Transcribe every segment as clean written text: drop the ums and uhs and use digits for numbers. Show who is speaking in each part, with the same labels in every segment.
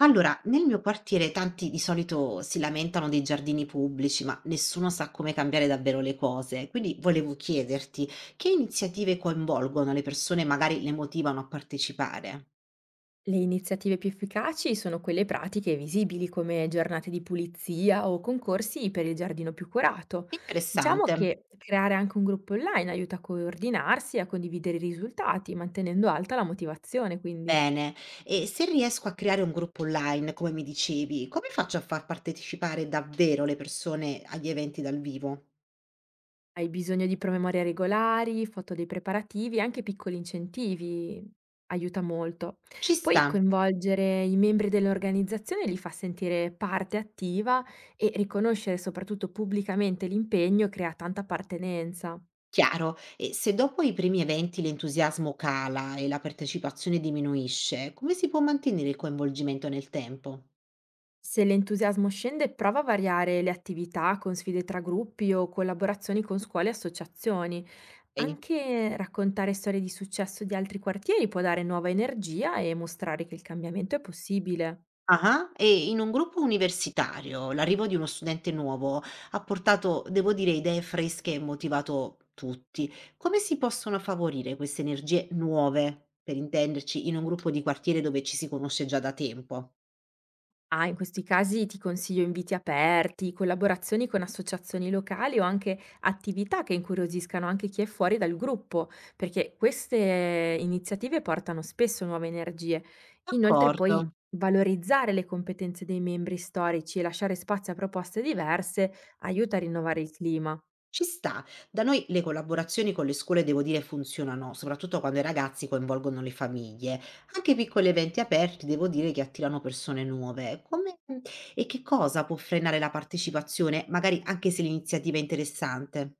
Speaker 1: Allora, nel mio quartiere tanti di solito si lamentano dei giardini pubblici, ma nessuno sa come cambiare davvero le cose. Quindi volevo chiederti che iniziative coinvolgono le persone, e magari le motivano a partecipare.
Speaker 2: Le iniziative più efficaci sono quelle pratiche e visibili come giornate di pulizia o concorsi per il giardino più curato.
Speaker 1: Interessante.
Speaker 2: Diciamo che creare anche un gruppo online aiuta a coordinarsi e a condividere i risultati, mantenendo alta la motivazione, quindi.
Speaker 1: Bene. E se riesco a creare un gruppo online, come mi dicevi, come faccio a far partecipare davvero le persone agli eventi dal vivo?
Speaker 2: Hai bisogno di promemoria regolari, foto dei preparativi e anche piccoli incentivi aiuta molto.
Speaker 1: Ci sta.
Speaker 2: Poi coinvolgere i membri dell'organizzazione li fa sentire parte attiva e riconoscere soprattutto pubblicamente l'impegno crea tanta appartenenza.
Speaker 1: Chiaro. E se dopo i primi eventi l'entusiasmo cala e la partecipazione diminuisce, come si può mantenere il coinvolgimento nel tempo?
Speaker 2: Se l'entusiasmo scende, prova a variare le attività con sfide tra gruppi o collaborazioni con scuole e associazioni.
Speaker 1: Okay.
Speaker 2: Anche raccontare storie di successo di altri quartieri può dare nuova energia e mostrare che il cambiamento è possibile.
Speaker 1: Ah-ah. E in un gruppo universitario l'arrivo di uno studente nuovo ha portato, devo dire, idee fresche e motivato tutti. Come si possono favorire queste energie nuove, per intenderci, in un gruppo di quartiere dove ci si conosce già da tempo?
Speaker 2: Ah, in questi casi ti consiglio inviti aperti, collaborazioni con associazioni locali o anche attività che incuriosiscano anche chi è fuori dal gruppo, perché queste iniziative portano spesso nuove energie. Inoltre
Speaker 1: D'accordo.
Speaker 2: poi valorizzare le competenze dei membri storici e lasciare spazio a proposte diverse aiuta a rinnovare il clima.
Speaker 1: Ci sta. Da noi le collaborazioni con le scuole devo dire funzionano, soprattutto quando i ragazzi coinvolgono le famiglie. Anche piccoli eventi aperti devo dire che attirano persone nuove. Come E che cosa può frenare la partecipazione, magari anche se l'iniziativa è interessante?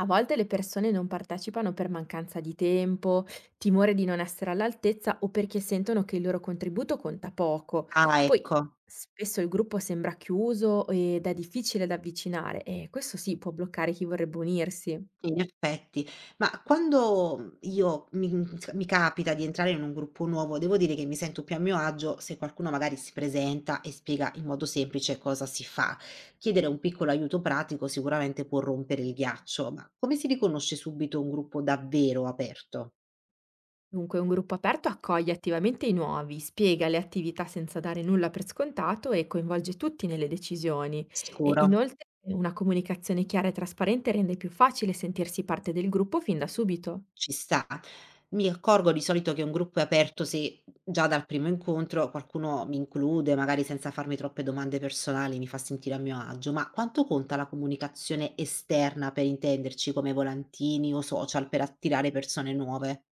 Speaker 2: A volte le persone non partecipano per mancanza di tempo, timore di non essere all'altezza o perché sentono che il loro contributo conta poco.
Speaker 1: Ah,
Speaker 2: Poi
Speaker 1: ecco.
Speaker 2: spesso il gruppo sembra chiuso ed è difficile da avvicinare, e questo sì può bloccare chi vorrebbe unirsi.
Speaker 1: In effetti, ma quando, mhmm, io mi mhmm, c mi capita di entrare in un gruppo nuovo, devo dire che mi sento più a mio agio se qualcuno magari si presenta e spiega in modo semplice cosa si fa. Chiedere un piccolo aiuto pratico sicuramente può rompere il ghiaccio, ma come si riconosce subito un gruppo davvero aperto?
Speaker 2: Dunque, un gruppo aperto accoglie attivamente i nuovi, spiega le attività senza dare nulla per scontato e coinvolge tutti nelle decisioni. E
Speaker 1: Sicuro.
Speaker 2: inoltre una comunicazione chiara e trasparente rende più facile sentirsi parte del gruppo fin da subito.
Speaker 1: Ci sta. Mi accorgo di solito che un gruppo è aperto se già dal primo incontro qualcuno mi include, magari senza farmi troppe domande personali, mi fa sentire a mio agio, ma quanto conta la comunicazione esterna per intenderci, come volantini o social per attirare persone nuove?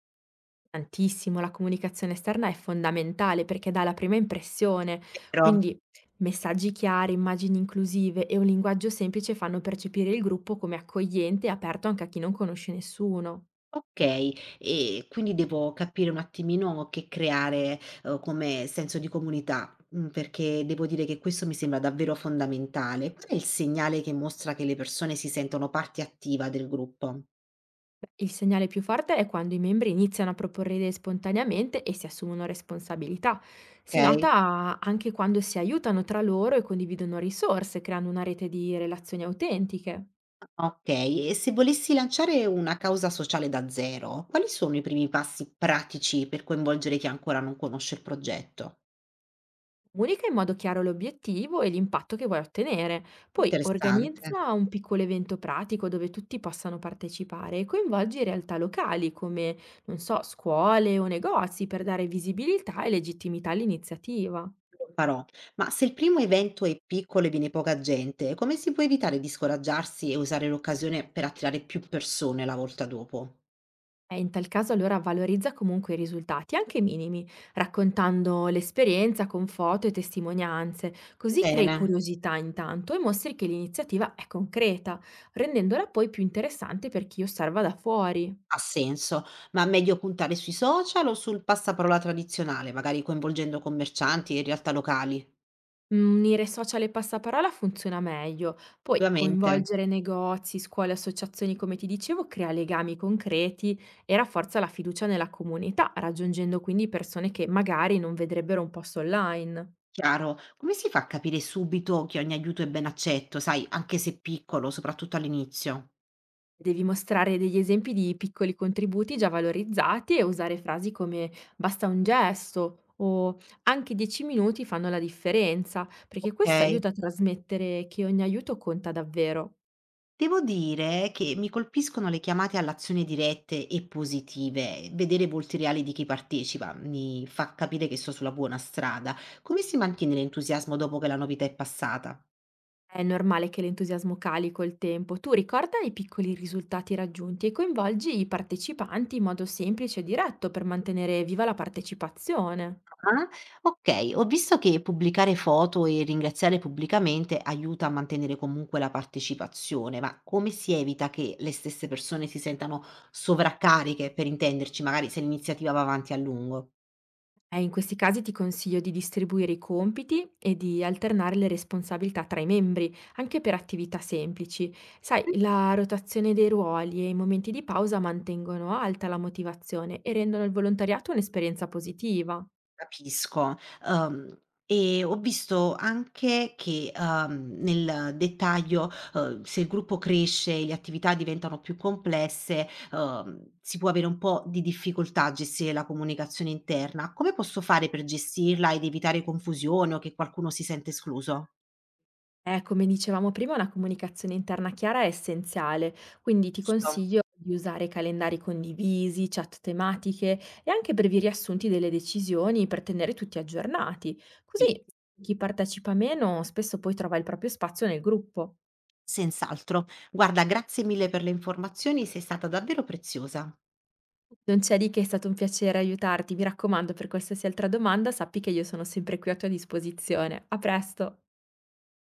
Speaker 2: Tantissimo, la comunicazione esterna è fondamentale perché dà la prima impressione,
Speaker 1: Vero?
Speaker 2: quindi messaggi chiari, immagini inclusive e un linguaggio semplice fanno percepire il gruppo come accogliente e aperto anche a chi non conosce nessuno.
Speaker 1: Okay, e quindi devo capire un attimino che creare, come senso di comunità, mhmm, perché devo dire che questo mi sembra davvero fondamentale. Qual è il segnale che mostra che le persone si sentono parte attiva del gruppo?
Speaker 2: Il segnale più forte è quando i membri iniziano a proporre idee spontaneamente e si assumono responsabilità. Si
Speaker 1: Okay,
Speaker 2: nota anche quando si aiutano tra loro e condividono risorse, creando una rete di relazioni autentiche.
Speaker 1: okay. E se volessi lanciare una causa sociale da zero, quali sono i primi passi pratici per coinvolgere chi ancora non conosce il progetto?
Speaker 2: Comunica in modo chiaro l'obiettivo e l'impatto che vuoi ottenere. Poi
Speaker 1: Interessante.
Speaker 2: organizza un piccolo evento pratico dove tutti possano partecipare e coinvolgi realtà locali come, non so, scuole o negozi, per dare visibilità e legittimità all'iniziativa.
Speaker 1: Lo farò. Ma se il primo evento è piccolo e viene poca gente, come si può evitare di scoraggiarsi e usare l'occasione per attirare più persone la volta dopo?
Speaker 2: E in tal caso, allora, valorizza comunque i risultati, anche minimi, raccontando l'esperienza con foto e testimonianze, così crei
Speaker 1: Bene,
Speaker 2: curiosità intanto e mostri che l'iniziativa è concreta, rendendola poi più interessante per chi osserva da fuori.
Speaker 1: ha senso, ma meglio puntare sui social o sul passaparola tradizionale, magari coinvolgendo commercianti e realtà locali?
Speaker 2: Mhmm, unire social e passaparola funziona meglio. Poi
Speaker 1: Effettivamente,
Speaker 2: coinvolgere negozi, scuole, associazioni, come ti dicevo, crea legami concreti e rafforza la fiducia nella comunità, raggiungendo quindi persone che magari non vedrebbero un post online.
Speaker 1: chiaro. Come si fa a capire subito che ogni aiuto è ben accetto, sai, anche se piccolo, soprattutto all'inizio?
Speaker 2: Devi mostrare degli esempi di piccoli contributi già valorizzati e usare frasi come "basta un gesto" o "anche 10 minuti fanno la differenza", perché questo
Speaker 1: Ok.
Speaker 2: aiuta a trasmettere che ogni aiuto conta davvero.
Speaker 1: Devo dire che mi colpiscono le chiamate all'azione dirette e positive. Vedere volti reali di chi partecipa mi fa capire che sto sulla buona strada. Come si mantiene l'entusiasmo dopo che la novità è passata?
Speaker 2: È normale che l'entusiasmo cali col tempo. Tu ricorda i piccoli risultati raggiunti e coinvolgi i partecipanti in modo semplice e diretto per mantenere viva la partecipazione.
Speaker 1: Ah, ok, ho visto che pubblicare foto e ringraziare pubblicamente aiuta a mantenere comunque la partecipazione, ma come si evita che le stesse persone si sentano sovraccariche, per intenderci, magari se l'iniziativa va avanti a lungo?
Speaker 2: E in questi casi ti consiglio di distribuire i compiti e di alternare le responsabilità tra i membri, anche per attività semplici. Sai, la rotazione dei ruoli e i momenti di pausa mantengono alta la motivazione e rendono il volontariato un'esperienza positiva.
Speaker 1: Capisco. Uhm, e ho visto anche che, nel dettaglio, se il gruppo cresce, e le attività diventano più complesse, si può avere un po' di difficoltà a gestire la comunicazione interna. Come posso fare per gestirla ed evitare confusione o che qualcuno si sente escluso?
Speaker 2: Come dicevamo prima, una comunicazione interna chiara è essenziale, quindi ti
Speaker 1: Giusto?
Speaker 2: consiglio di usare calendari condivisi, chat tematiche e anche brevi riassunti delle decisioni per tenere tutti aggiornati.
Speaker 1: Sì,
Speaker 2: Così chi partecipa meno spesso poi trova il proprio spazio nel gruppo.
Speaker 1: senz'altro. Guarda, grazie mille per le informazioni, sei stata davvero preziosa.
Speaker 2: Non c'è di che, è stato un piacere aiutarti. Mi raccomando, per qualsiasi altra domanda sappi che io sono sempre qui a tua disposizione. A presto!